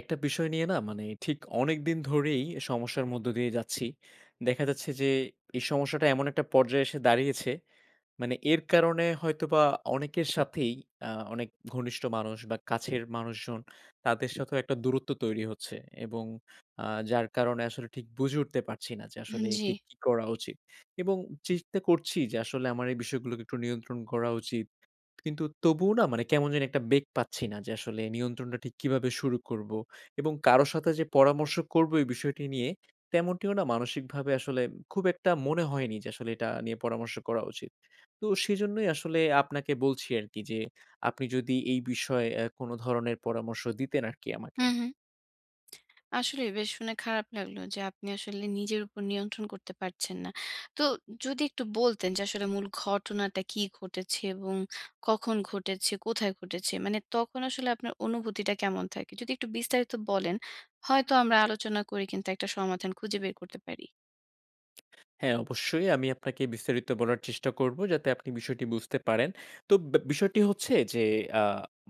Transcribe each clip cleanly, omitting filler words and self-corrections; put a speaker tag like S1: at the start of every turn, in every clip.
S1: একটা বিষয় নিয়ে না মানে ঠিক অনেকদিন ধরেই সমস্যার মধ্য দিয়ে যাচ্ছি। দেখা যাচ্ছে যে এই সমস্যাটা এমন একটা পর্যায়ে এসে দাঁড়িয়েছে, মানে এর কারণে হয়তোবা অনেকের সাথেই অনেক ঘনিষ্ঠ মানুষ বা কাছের মানুষজন তাদের সাথেও একটা দূরত্ব তৈরি হচ্ছে এবং আ যার কারণে আসলে ঠিক বুঝে উঠতে পারছি না যে আসলে
S2: জি।
S1: ঠিক কি করা উচিত। এবং চেষ্টা করছি যে আসলে আমার এই বিষয়গুলোকে একটু নিয়ন্ত্রণ করা উচিত। কিন্তু তবুও না মানে কেমন জানি একটা বেগ পাচ্ছি না যে আসলে নিয়ন্ত্রণটা ঠিক কিভাবে শুরু করব এবং কারো সাথে যে পরামর্শ করব এই বিষয়টি নিয়ে তেমনটিও না, মানসিকভাবে আসলে খুব একটা মনে হয়নি যে আসলে এটা নিয়ে পরামর্শ করা উচিত। তো সেজন্যই আসলে আপনাকে বলছি আরকি যে আপনি যদি এই বিষয়ে কোনো ধরনের পরামর্শ দিতেন আরকি আমাকে।
S2: হুম, হুম। আসলেই বেশ শুনে খারাপ লাগলো যে আপনি আসলে নিজের উপর নিয়ন্ত্রণ করতে পারছেন না। তো যদি একটু বলতেন যে আসলে মূল ঘটনাটা কি ঘটেছে এবং কখন ঘটেছে, কোথায় ঘটেছে? মানে তখন আসলে আপনার অনুভূতিটা কেমন থাকে? যদি একটু বিস্তারিত বলেন, হয়তো আমরা আলোচনা করে কিন্তু একটা সমাধান খুঁজে বের করতে পারি।
S1: হ্যাঁ, অবশ্যই আমি আপনাকে বিস্তারিত বলার চেষ্টা করব যাতে আপনি বিষয়টি বুঝতে পারেন। তো বিষয়টি হচ্ছে যে আ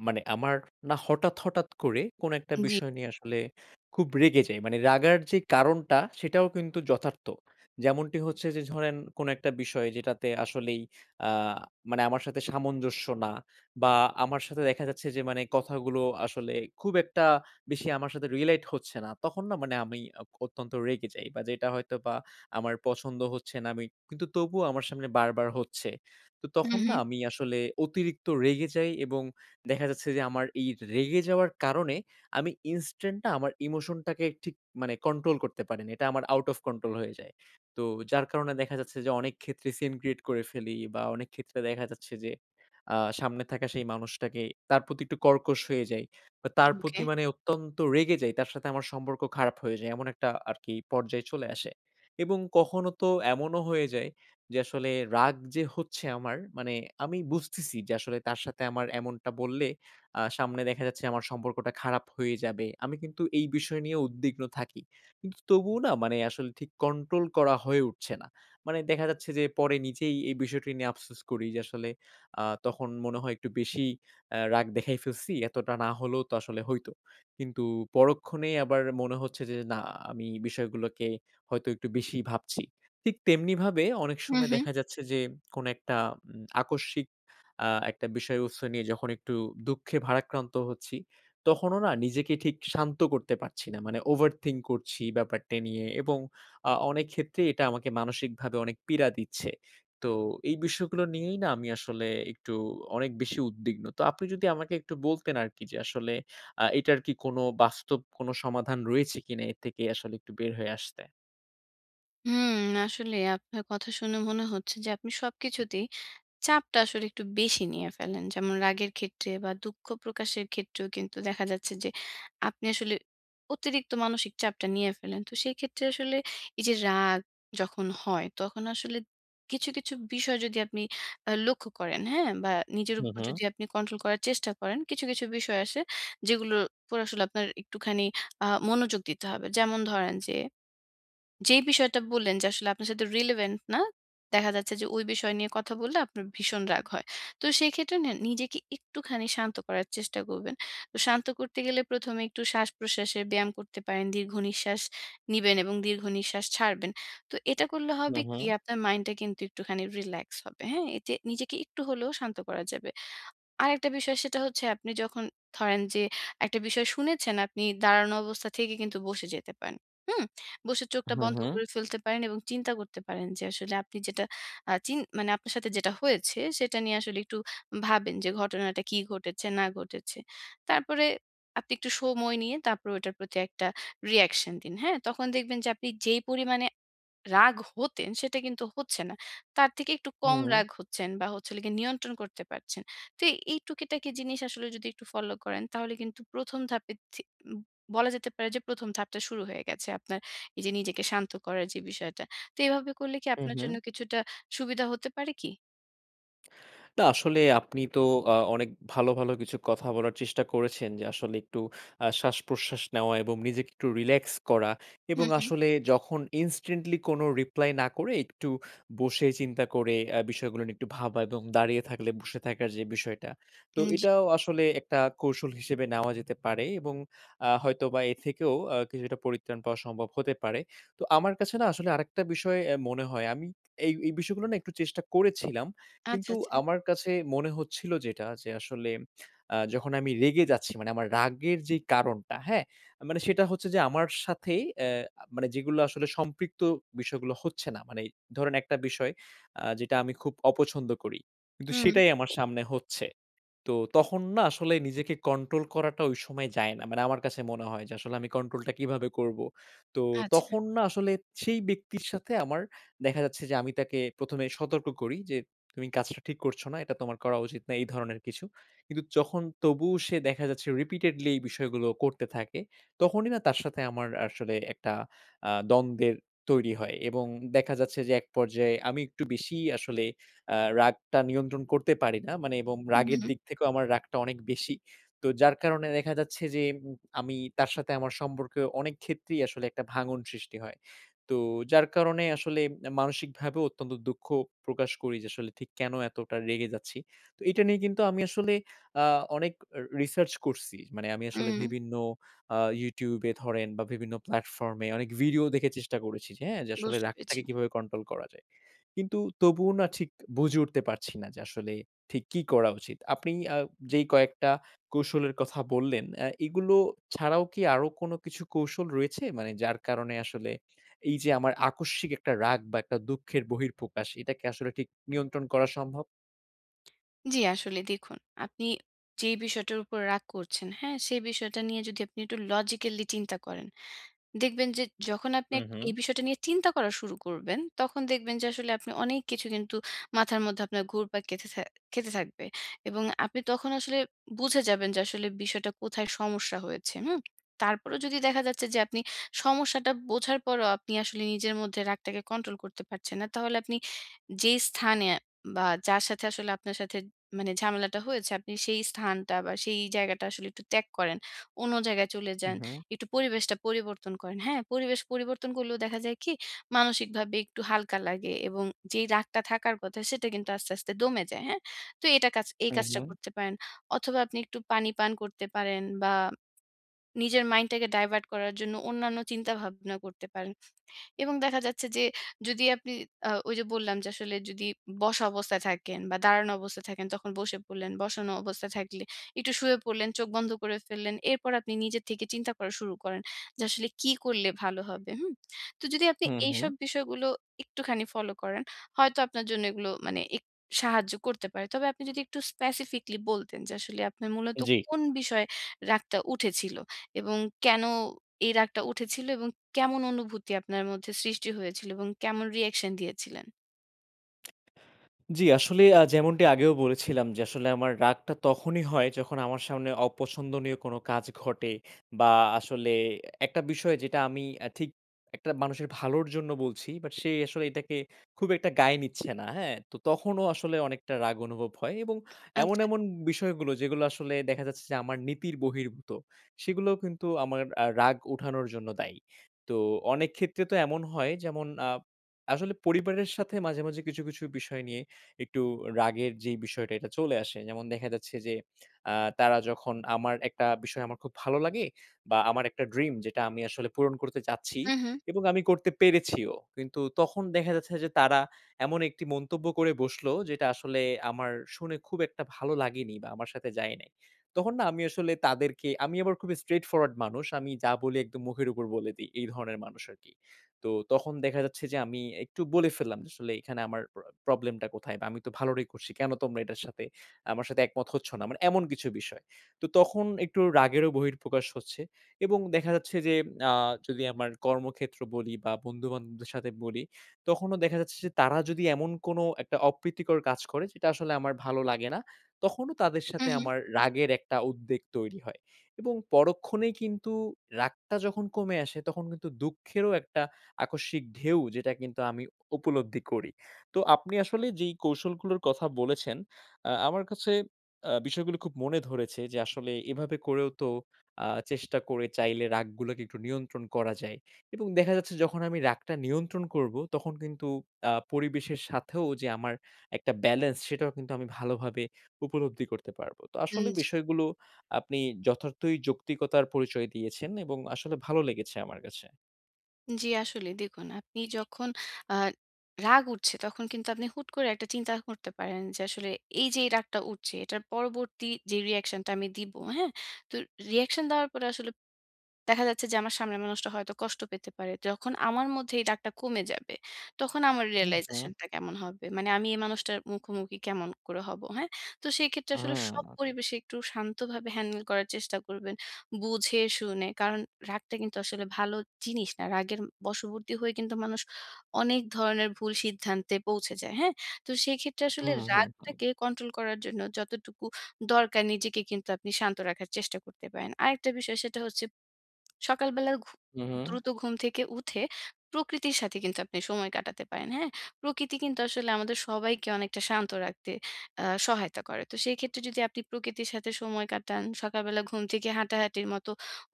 S1: মানে আমার না হঠাৎ, হঠাৎ করে কোনো একটা
S2: জি।
S1: বিষয় নিয়ে আসলে খুব রেগে যাই। মানে রাগার যে কারণটা সেটাও কিন্তু যথার্থ। যেমনটি হচ্ছে যে ধরেন, কোনো একটা বিষয় যেটাতে আসলেই আ মানে আমার সাথে সামঞ্জস্য না, বা আমার সাথে দেখা যাচ্ছে যে মানে কথাগুলো আসলে খুব একটা বেশি আমার সাথে রিলেট হচ্ছে না। তখন না মানে আমি অত্যন্ত রেগে যাই, বা যেটা হয়তোবা আমার পছন্দ হচ্ছে না। আমি কিন্তু তবুও আমার সামনে বারবার হচ্ছে। তো
S2: হুম,
S1: তখন না
S2: হুম।
S1: আমি আসলে অতিরিক্ত রেগে যাই এবং দেখা যাচ্ছে যে আমার এই রেগে যাওয়ার কারণে আমি ইনস্ট্যান্ট না আমার ইমোশনটাকে ঠিক মানে কন্ট্রোল করতে পারি না। এটা আমার আউট অফ কন্ট্রোল হয়ে যায়। তো যার কারণে দেখা যাচ্ছে যে অনেক ক্ষেত্রে সিন ক্রিয়েট করে ফেলি, বা অনেক ক্ষেত্রে দেখা যাচ্ছে যে সামনে থাকা সেই মানুষটাকে তার প্রতি একটু কর্কশ হয়ে যাই। বা তার
S2: ওকে।
S1: প্রতি মানে অত্যন্ত রেগে যাই। তার সাথে আমার সম্পর্ক খারাপ হয়ে যায়। এমন একটা আরকি পর্যায়ে চলে আসে। এবং কখনো তো এমনও হয়ে যায় যে আসলে রাগ যে হচ্ছে আমার, মানে আমি বুঝতেছি যে আসলে তার সাথে আমার এমনটা বললে সামনে দেখা যাচ্ছে আমার সম্পর্কটা খারাপ হয়ে যাবে। আমি কিন্তু এই বিষয় নিয়ে উদ্বিগ্ন থাকি। কিন্তু তবুও না মানে আসলে ঠিক কন্ট্রোল করা হয়ে উঠছে না। মানে দেখা যাচ্ছে যে পরে নিজেই এই বিষয়টি নিয়ে আফসোস করি যে আসলে তখন মনে হয় একটু বেশি রাগ দেখাই ফেলছি। এতটা না হলেও তো আসলে হইতো। কিন্তু পরক্ষণেই আবার মনে হচ্ছে যে না, আমি বিষয়গুলোকে হয়তো একটু বেশি ভাবছি। ঠিক তেমনিভাবে অনেক
S2: হুম,
S1: সময়
S2: হুম।
S1: দেখা যাচ্ছে যে কোন একটা আকস্মিক একটা বিষয়বস্তু নিয়ে যখন একটু দুঃখে ভারাক্রান্ত হচ্ছি, তখনও না নিজেকে ঠিক শান্ত করতে পারছি না। মানে overthink করছি ব্যাপারটা নিয়ে, এবং অনেক ক্ষেত্রে এটা আমাকে মানসিকভাবে অনেক পীড়া দিচ্ছে। তো এই বিষয়গুলো নিয়েই না আমি আসলে একটু অনেক বেশি উদ্বিগ্ন। তো আপনি যদি আমাকে একটু বলতেন আরকি যে আসলে এটার কি কোন বাস্তব কোন সমাধান রয়েছে কিনা, এর থেকে আসলে একটু বের হয়ে আসতে?
S2: হুম, আসলে আপনার কথা শুনে মনে হচ্ছে যে আপনি সবকিছুতেই চাপটা আসলে একটু বেশি নিয়ে ফেলেন। যেমন রাগের ক্ষেত্রে বা দুঃখ প্রকাশের ক্ষেত্রেও কিন্তু দেখা যাচ্ছে যে আপনি আসলে অতিরিক্ত মানসিক চাপটা নিয়ে ফেলেন। তো সেই ক্ষেত্রে আসলে এই যে রাগ যখন হয় তখন আসলে কিছু, কিছু বিষয় যদি আপনি লক্ষ্য করেন, হ্যাঁ? বা নিজের
S1: হু,
S2: উপর
S1: হু,
S2: যদি আপনি কন্ট্রোল করার চেষ্টা করেন, কিছু, কিছু বিষয় আছে যেগুলোর উপর আসলে আপনার একটুখানি মনোযোগ দিতে হবে। যেমন ধরেন যে যেই বিষয়টা বললেন যে আসলে আপনার সাথে রিলেভেন্ট না, দেখা যাচ্ছে যে ওই বিষয় নিয়ে কথা বললে আপনার ভীষণ রাগ হয়। তো সেই ক্ষেত্রে না নিজেকে একটুখানি শান্ত করার চেষ্টা করবেন। তো শান্ত করতে গেলে ১ম এ একটু শ্বাস-প্রশ্বাসের ব্যায়াম করতে পারেন। দীর্ঘ নিঃশ্বাস নিবেন এবং দীর্ঘ নিঃশ্বাস ছাড়বেন। তো এটা করলে
S1: হু,
S2: হবে
S1: হু,
S2: কি আপনার মাইন্ডটা কিন্তু একটুখানি রিল্যাক্স হবে। হ্যাঁ? এতে নিজেকে একটু হলেও শান্ত করা যাবে। আরেকটা বিষয় সেটা হচ্ছে আপনি যখন ধরেন যে একটা বিষয় শুনেছেন, আপনি দাঁড়ানো অবস্থা থেকে কিন্তু বসে যেতে পারেন। হুম? বসে চোখটা
S1: হু,
S2: বন্ধ
S1: হু,
S2: করে ফেলতে পারেন এবং চিন্তা করতে পারেন যে আসলে আপনি যেটা আ চিন মানে আপনার সাথে যেটা হয়েছে সেটা নিয়ে আসলে একটু ভাবেন যে ঘটনাটা কি ঘটেছে না ঘটেছে। তারপরে আপনি একটু সময় নিয়ে তারপর ওটার প্রতি একটা রিঅ্যাকশন দিন। হ্যাঁ? তখন দেখবেন যে আপনি যেই পরিমাণে রাগ হতেন সেটা কিন্তু হচ্ছে না। তার থেকে একটু কম
S1: হু,
S2: রাগ হচ্ছেন বা হচ্ছে হলো গিয়ে নিয়ন্ত্রণ করতে পারছেন। তো এই টুকিটাকি জিনিস আসলে যদি একটু ফলো করেন তাহলে কিন্তু ১ম ধাপে থে উম বলা যেতে পারে যে ১ম ধাপটা শুরু হয়ে গেছে আপনার এই যে নিজেকে শান্ত করার যে বিষয়টা। তো এভাবে করলে কি
S1: হু,
S2: আপনার
S1: হু।
S2: জন্য কিছুটা সুবিধা হতে পারে কি?
S1: না, আসলে আপনি তো অনেক ভালো, ভালো কিছু কথা বলার চেষ্টা করেছেন যে আসলে একটু শ্বাসপ্রশ্বাস নেওয়া এবং নিজেকে একটু রিল্যাক্স করা,
S2: হুম,
S1: এবং
S2: হুম।
S1: আসলে যখন ইনস্ট্যান্টলি কোনো রিপ্লাই না করে একটু বসে চিন্তা করে বিষয়গুলো নিয়ে একটু ভাবা, এবং দাঁড়িয়ে থাকলে বসে থাকার যে বিষয়টা। তো
S2: জি।
S1: এটাও আসলে একটা কৌশল হিসেবে নেওয়া যেতে পারে, এবং হয়তোবা এ থেকেও কিছুটা পরিত্রাণ পাওয়া সম্ভব হতে পারে। তো আমার কাছে না আসলে আরেকটা বিষয় মনে হয়, আমি এই বিষয়গুলো না একটু চেষ্টা করেছিলাম।
S2: আচ্ছা,
S1: কিন্তু
S2: আচ্ছা।
S1: আমার কাছে মনে হচ্ছিল যেটা, যে আসলে যখন আমি রেগে যাচ্ছি, মানে আমার রাগের যে কারণটা, হ্যাঁ? মানে সেটা হচ্ছে যে আমার সাথেই মানে যেগুলো আসলে সম্পৃক্ত, বিষয়গুলো হচ্ছে না। মানে ধরেন একটা বিষয় যেটা আমি খুব অপছন্দ করি। কিন্তু
S2: হুম,
S1: সেটাই আমার সামনে হচ্ছে। তো তখন না আসলে নিজেকে কন্ট্রোল করাটা ওই সময় যায় না। মানে আমার কাছে মনে হয় যে আসলে আমি কন্ট্রোলটা কিভাবে করব। তো
S2: আচ্ছা।
S1: তখন না আসলে সেই ব্যক্তির সাথে আমার দেখা যাচ্ছে যে আমি তাকে ১ম এ সতর্ক করি যে, "তুমি কাজটা ঠিক করছো না। এটা তোমার করা উচিত না।" এই ধরনের কিছু। কিন্তু যখন তবুও সে দেখা যাচ্ছে রিপিটেডলি এই বিষয়গুলো করতে থাকে, তখনই না তার সাথে আমার আসলে একটা দ্বন্দ্বের তৈরি হয়, এবং দেখা যাচ্ছে যে এক পর্যায়ে আমি একটু বেশিই আসলে আ রাগটা নিয়ন্ত্রণ করতে পারি না। মানে, এবং
S2: হুম,
S1: রাগের
S2: হুম,
S1: দিক থেকেও আমার রাগটা অনেক বেশি। তো যার কারণে দেখা যাচ্ছে যে আমি তার সাথে আমার সম্পর্কে অনেক ক্ষেত্রেই আসলে একটা ভাঙন সৃষ্টি হয়। তো যার কারণে আসলে মানসিকভাবেও অত্যন্ত দুঃখ প্রকাশ করি যে আসলে ঠিক কেন এতটা রেগে যাচ্ছি। তো এটা নিয়ে কিন্তু আমি আসলে আ অনেক রিসার্চ করছি। মানে আমি আসলে
S2: হুম।
S1: বিভিন্ন আ YouTube এ ধরেন, বা বিভিন্ন প্ল্যাটফর্ম এ অনেক ভিডিও দেখে চেষ্টা করেছি যে হ্যাঁ, যে আসলে
S2: বুঝতে পেরেছি।
S1: রাগটাকে কিভাবে কন্ট্রোল করা যায়। কিন্তু তবুও না ঠিক বুঝে উঠতে পারছি না যে আসলে ঠিক কি করা উচিত? আপনি যেই কয়েকটা কৌশলের কথা বললেন, এগুলো ছাড়াও কি আরো কোনো কিছু কৌশল রয়েছে? মানে যার কারণে আসলে এই যে আমার আকস্মিক একটা রাগ বা একটা দুঃখের বহিঃপ্রকাশ, এটাকে আসলে ঠিক নিয়ন্ত্রণ করা সম্ভব?
S2: জি, আসলে দেখুন, আপনি যেই বিষয়টার উপর রাগ করছেন, হ্যাঁ? সেই বিষয়টা নিয়ে যদি আপনি একটু লজিক্যালি চিন্তা করেন, দেখবেন যে যখন আপনি
S1: হু, হু,
S2: এই বিষয়টা নিয়ে চিন্তা করা শুরু করবেন, তখন দেখবেন যে আসলে আপনি অনেক কিছু কিন্তু মাথার মধ্যে আপনার ঘুরপাক খেতে থাকবে। এবং আপনি তখন আসলে বুঝে যাবেন যে আসলে বিষয়টা কোথায় সমস্যা হয়েছে, হুম? তারপরেও যদি দেখা যাচ্ছে যে আপনি সমস্যাটা বোঝার পরেও আপনি আসলে নিজের মধ্যে রাগটাকে কন্ট্রোল করতে পারছেন না, তাহলে আপনি যে স্থানে বা যার সাথে আসলে আপনার সাথে মানে ঝামেলাটা হয়েছে, আপনি সেই স্থানটা বা সেই জায়গাটা আসলে একটু ত্যাগ করেন। অন্য জায়গায় চলে যান।
S1: হু,
S2: একটু পরিবেশটা পরিবর্তন করেন। হ্যাঁ? পরিবেশ পরিবর্তন করলেও দেখা যায় কি মানসিকভাবে একটু হালকা লাগে এবং যেই রাগটা থাকার কথা সেটা কিন্তু আস্তে, আস্তে দমে যায়। হ্যাঁ? তো এটা কাজ এই
S1: হু,
S2: কাজটা করতে পারেন। অথবা আপনি একটু পানি পান করতে পারেন বা নিজের মাইন্ডটাকে ডাইভার্ট করার জন্য অন্যান্য চিন্তাভাবনা করতে পারেন। এবং দেখা যাচ্ছে যে যদি আপনি ওই যে বললাম যে আসলে যদি বসা অবস্থায় থাকেন বা দাঁড়ানো অবস্থায় থাকেন তখন বসে পড়লেন। বসানো অবস্থায় থাকলে একটু শুয়ে পড়লেন, চোখ বন্ধ করে ফেললেন। এরপর আপনি নিজের থেকে চিন্তা করা শুরু করেন যে আসলে কি করলে ভালো হবে, হুম? তো যদি আপনি
S1: হু, হু,
S2: এইসব বিষয়গুলো একটুখানি ফলো করেন, হয়তো আপনার জন্য এগুলো মানে এক সাহায্য করতে পারে। তবে আপনি যদি একটু স্পেসিফিকলি বলতেন যে আসলে আপনার মূলত
S1: জি।
S2: কোন বিষয়ে রাগটা উঠেছিল এবং কেন এই রাগটা উঠেছিল এবং কেমন অনুভূতি আপনার মধ্যে সৃষ্টি হয়েছিল এবং কেমন রিঅ্যাকশন দিয়েছিলেন?
S1: জি, আসলে যেমনটি আগেও বলেছিলাম যে, আসলে আমার রাগটা তখনই হয় যখন আমার সামনে অপছন্দনীয় কোনো কাজ ঘটে, বা আসলে একটা বিষয় যেটা আমি ঠিক একটা মানুষের ভালোর জন্য বলছি, বাট সে আসলে এটাকে খুব একটা গায়ে নিচ্ছে না, হ্যাঁ? তো তখনও আসলে অনেকটা রাগ অনুভব হয়, এবং এমন,
S2: আচ্ছা।
S1: এমন বিষয়গুলো যেগুলো আসলে দেখা যাচ্ছে যে আমার নীতির বহির্ভূত, সেগুলোও কিন্তু আমার রাগ উঠানোর জন্য দায়ী। তো অনেক ক্ষেত্রে তো এমন হয়, যেমন আসলে পরিবারের সাথে মাঝে, মাঝে কিছু, কিছু বিষয় নিয়ে একটু রাগের যে বিষয়টা, এটা চলে আসে। যেমন দেখা যাচ্ছে যে আ তারা যখন আমার একটা বিষয় আমার খুব ভালো লাগে, বা আমার একটা ড্রিম যেটা আমি আসলে পূরণ করতে চাচ্ছি,
S2: হুম, হুম।
S1: এবং আমি করতে পেরেছিও। কিন্তু তখন দেখা যাচ্ছে যে তারা এমন একটি মন্তব্য করে বসলো যেটা আসলে আমার শুনে খুব একটা ভালো লাগেনি, বা আমার সাথে যায় নাই। তখন না আমি আসলে তাদেরকে, আমি আবার খুব straight forward মানুষ। আমি যা বলি একদম মুখের উপর বলে দেই। এই ধরনের মানুষ আরকি। তো তখন দেখা যাচ্ছে যে আমি একটু বলে ফেললাম যে আসলে এখানে আমার প্রবলেমটা কোথায়? বা আমি তো ভালোটাই করছি। কেন তোমরা এটার সাথে, আমার সাথে একমত হচ্ছ না? মানে এমন কিছু বিষয়। তো তখন একটু রাগেরও বহিঃপ্রকাশ হচ্ছে, এবং দেখা যাচ্ছে যে আ যদি আমার কর্মক্ষেত্র বলি বা বন্ধু-বান্ধবদের সাথে বলি, তখনও দেখা যাচ্ছে যে তারা যদি এমন কোনো একটা অপ্রীতিকর কাজ করে যেটা আসলে আমার ভালো লাগে না, তখনও তাদের
S2: হুম,
S1: সাথে
S2: হুম।
S1: আমার রাগের একটা উদ্বেগ তৈরি হয়। এবং পরক্ষণেই কিন্তু রাগটা যখন কমে আসে, তখন কিন্তু দুঃখেরও একটা আকস্মিক ঢেউ যেটা কিন্তু আমি উপলব্ধি করি। তো আপনি আসলে যেই কৌশলগুলোর কথা বলেছেন, আমার কাছে বিষয়গুলো খুব মনে ধরেছে যে আসলে এভাবে করেও তো আ চেষ্টা করে চাইলে রাগগুলোকে একটু নিয়ন্ত্রণ করা যায়। এবং দেখা যাচ্ছে যখন আমি রাগটা নিয়ন্ত্রণ করব, তখন কিন্তু পরিবেশের সাথেও যে আমার একটা ব্যালেন্স, সেটাও কিন্তু আমি ভালোভাবে উপলব্ধি করতে পারব। তো আসলে
S2: জি।
S1: বিষয়গুলো আপনি যথার্থই যৌক্তিকতার পরিচয় দিয়েছেন, এবং আসলে ভালো লেগেছে আমার কাছে।
S2: জি, আসলেই দেখুন আপনি যখন আ রাগ উঠছে তখন কিন্তু আপনি হুট করে একটা চিন্তা করতে পারেন যে আসলে এই যে এই রাগটা উঠছে এটার পরবর্তী যে রিঅ্যাকশনটা আমি দিব, হ্যাঁ? তো রিঅ্যাকশন দেওয়ার পরে আসলে দেখা যাচ্ছে যে আমার সামনের মানুষটা হয়তো কষ্ট পেতে পারে। যখন আমার মধ্যে এই রাগটা কমে যাবে, তখন আমার
S1: হু, হু।
S2: realization টা কেমন হবে? মানে আমি এই মানুষটার মুখোমুখি কেমন করে হব, হ্যাঁ? তো সেক্ষেত্রে
S1: আ
S2: আসলে সব পরিবেশে একটু শান্তভাবে হ্যান্ডেল করার চেষ্টা করবেন, বুঝে শুনে। কারণ রাগটা কিন্তু আসলে ভালো জিনিস না। রাগের বশবর্তী হয়ে কিন্তু মানুষ অনেক ধরনের ভুল সিদ্ধান্তে পৌঁছে যায়, হ্যাঁ? তো সেক্ষেত্রে আসলে
S1: হুম, হুম, হুম।
S2: রাগটাকে কন্ট্রোল করার জন্য যতটুকু দরকার নিজেকে কিন্তু আপনি শান্ত রাখার চেষ্টা করতে পারেন। আরেকটা বিষয় সেটা হচ্ছে সকালবেলা
S1: হু, হু।
S2: দ্রুত ঘুম থেকে উঠে প্রকৃতির সাথে কিন্তু আপনি সময় কাটাতে পারেন। হ্যাঁ? প্রকৃতি কিন্তু আসলে আমাদের সবাইকে অনেকটা শান্ত রাখতে সহায়তা করে। তো সেই ক্ষেত্রে যদি আপনি প্রকৃতির সাথে সময় কাটান, সকালবেলা ঘুম থেকে হাঁটাহাঁটির মতো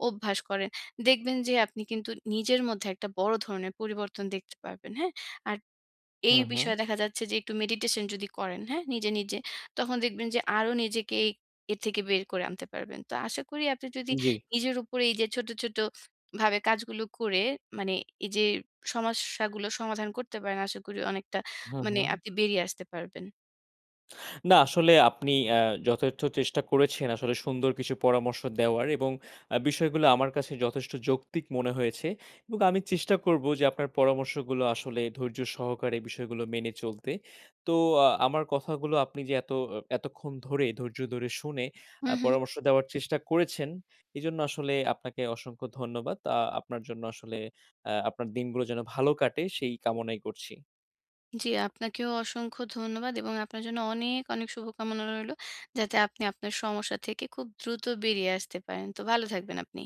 S2: অভ্যাস করেন, দেখবেন যে আপনি কিন্তু নিজের মধ্যে একটা বড় ধরনের পরিবর্তন দেখতে পারবেন। হ্যাঁ? আর এই
S1: হু, হু।
S2: বিষয়ে দেখা যাচ্ছে যে একটু মেডিটেশন যদি করেন, হ্যাঁ? নিজে, নিজে তখন দেখবেন যে আরো নিজেকে এই এর থেকে বের করে আনতে পারবেন। তো আশা করি আপনি যদি
S1: জি।
S2: নিজের উপরে এই যে ছোট, ছোট ভাবে কাজগুলো করে মানে এই যে সমস্যাগুলো সমাধান করতে পারেন আশা করি অনেকটা
S1: হুম,
S2: মানে
S1: হুম।
S2: আপনি বেরিয়ে আসতে পারবেন।
S1: না, আসলে আপনি আ যথার্থ চেষ্টা করেছেন আসলে সুন্দর কিছু পরামর্শ দেওয়ার, এবং বিষয়গুলো আমার কাছে যথেষ্ট যৌক্তিক মনে হয়েছে, এবং আমি চেষ্টা করব যে আপনার পরামর্শগুলো আসলে ধৈর্য সহকারে বিষয়গুলো মেনে চলতে। তো আমার কথাগুলো আপনি যে এত এতক্ষণ ধরে ধৈর্য ধরে শুনে
S2: হুম, হুম।
S1: পরামর্শ দেওয়ার চেষ্টা করেছেন, এজন্য আসলে আপনাকে অসংখ্য ধন্যবাদ। আপনার জন্য আসলে আপনার দিনগুলো যেন ভালো কাটে সেই কামনাই করছি।
S2: জি, আপনাকেও অসংখ্য ধন্যবাদ এবং আপনার জন্য অনেক, অনেক শুভকামনা রইলো। যাতে আপনি আপনার সমস্যা থেকে খুব দ্রুত বেরিয়ে আসতে পারেন। তো ভালো থাকবেন আপনি।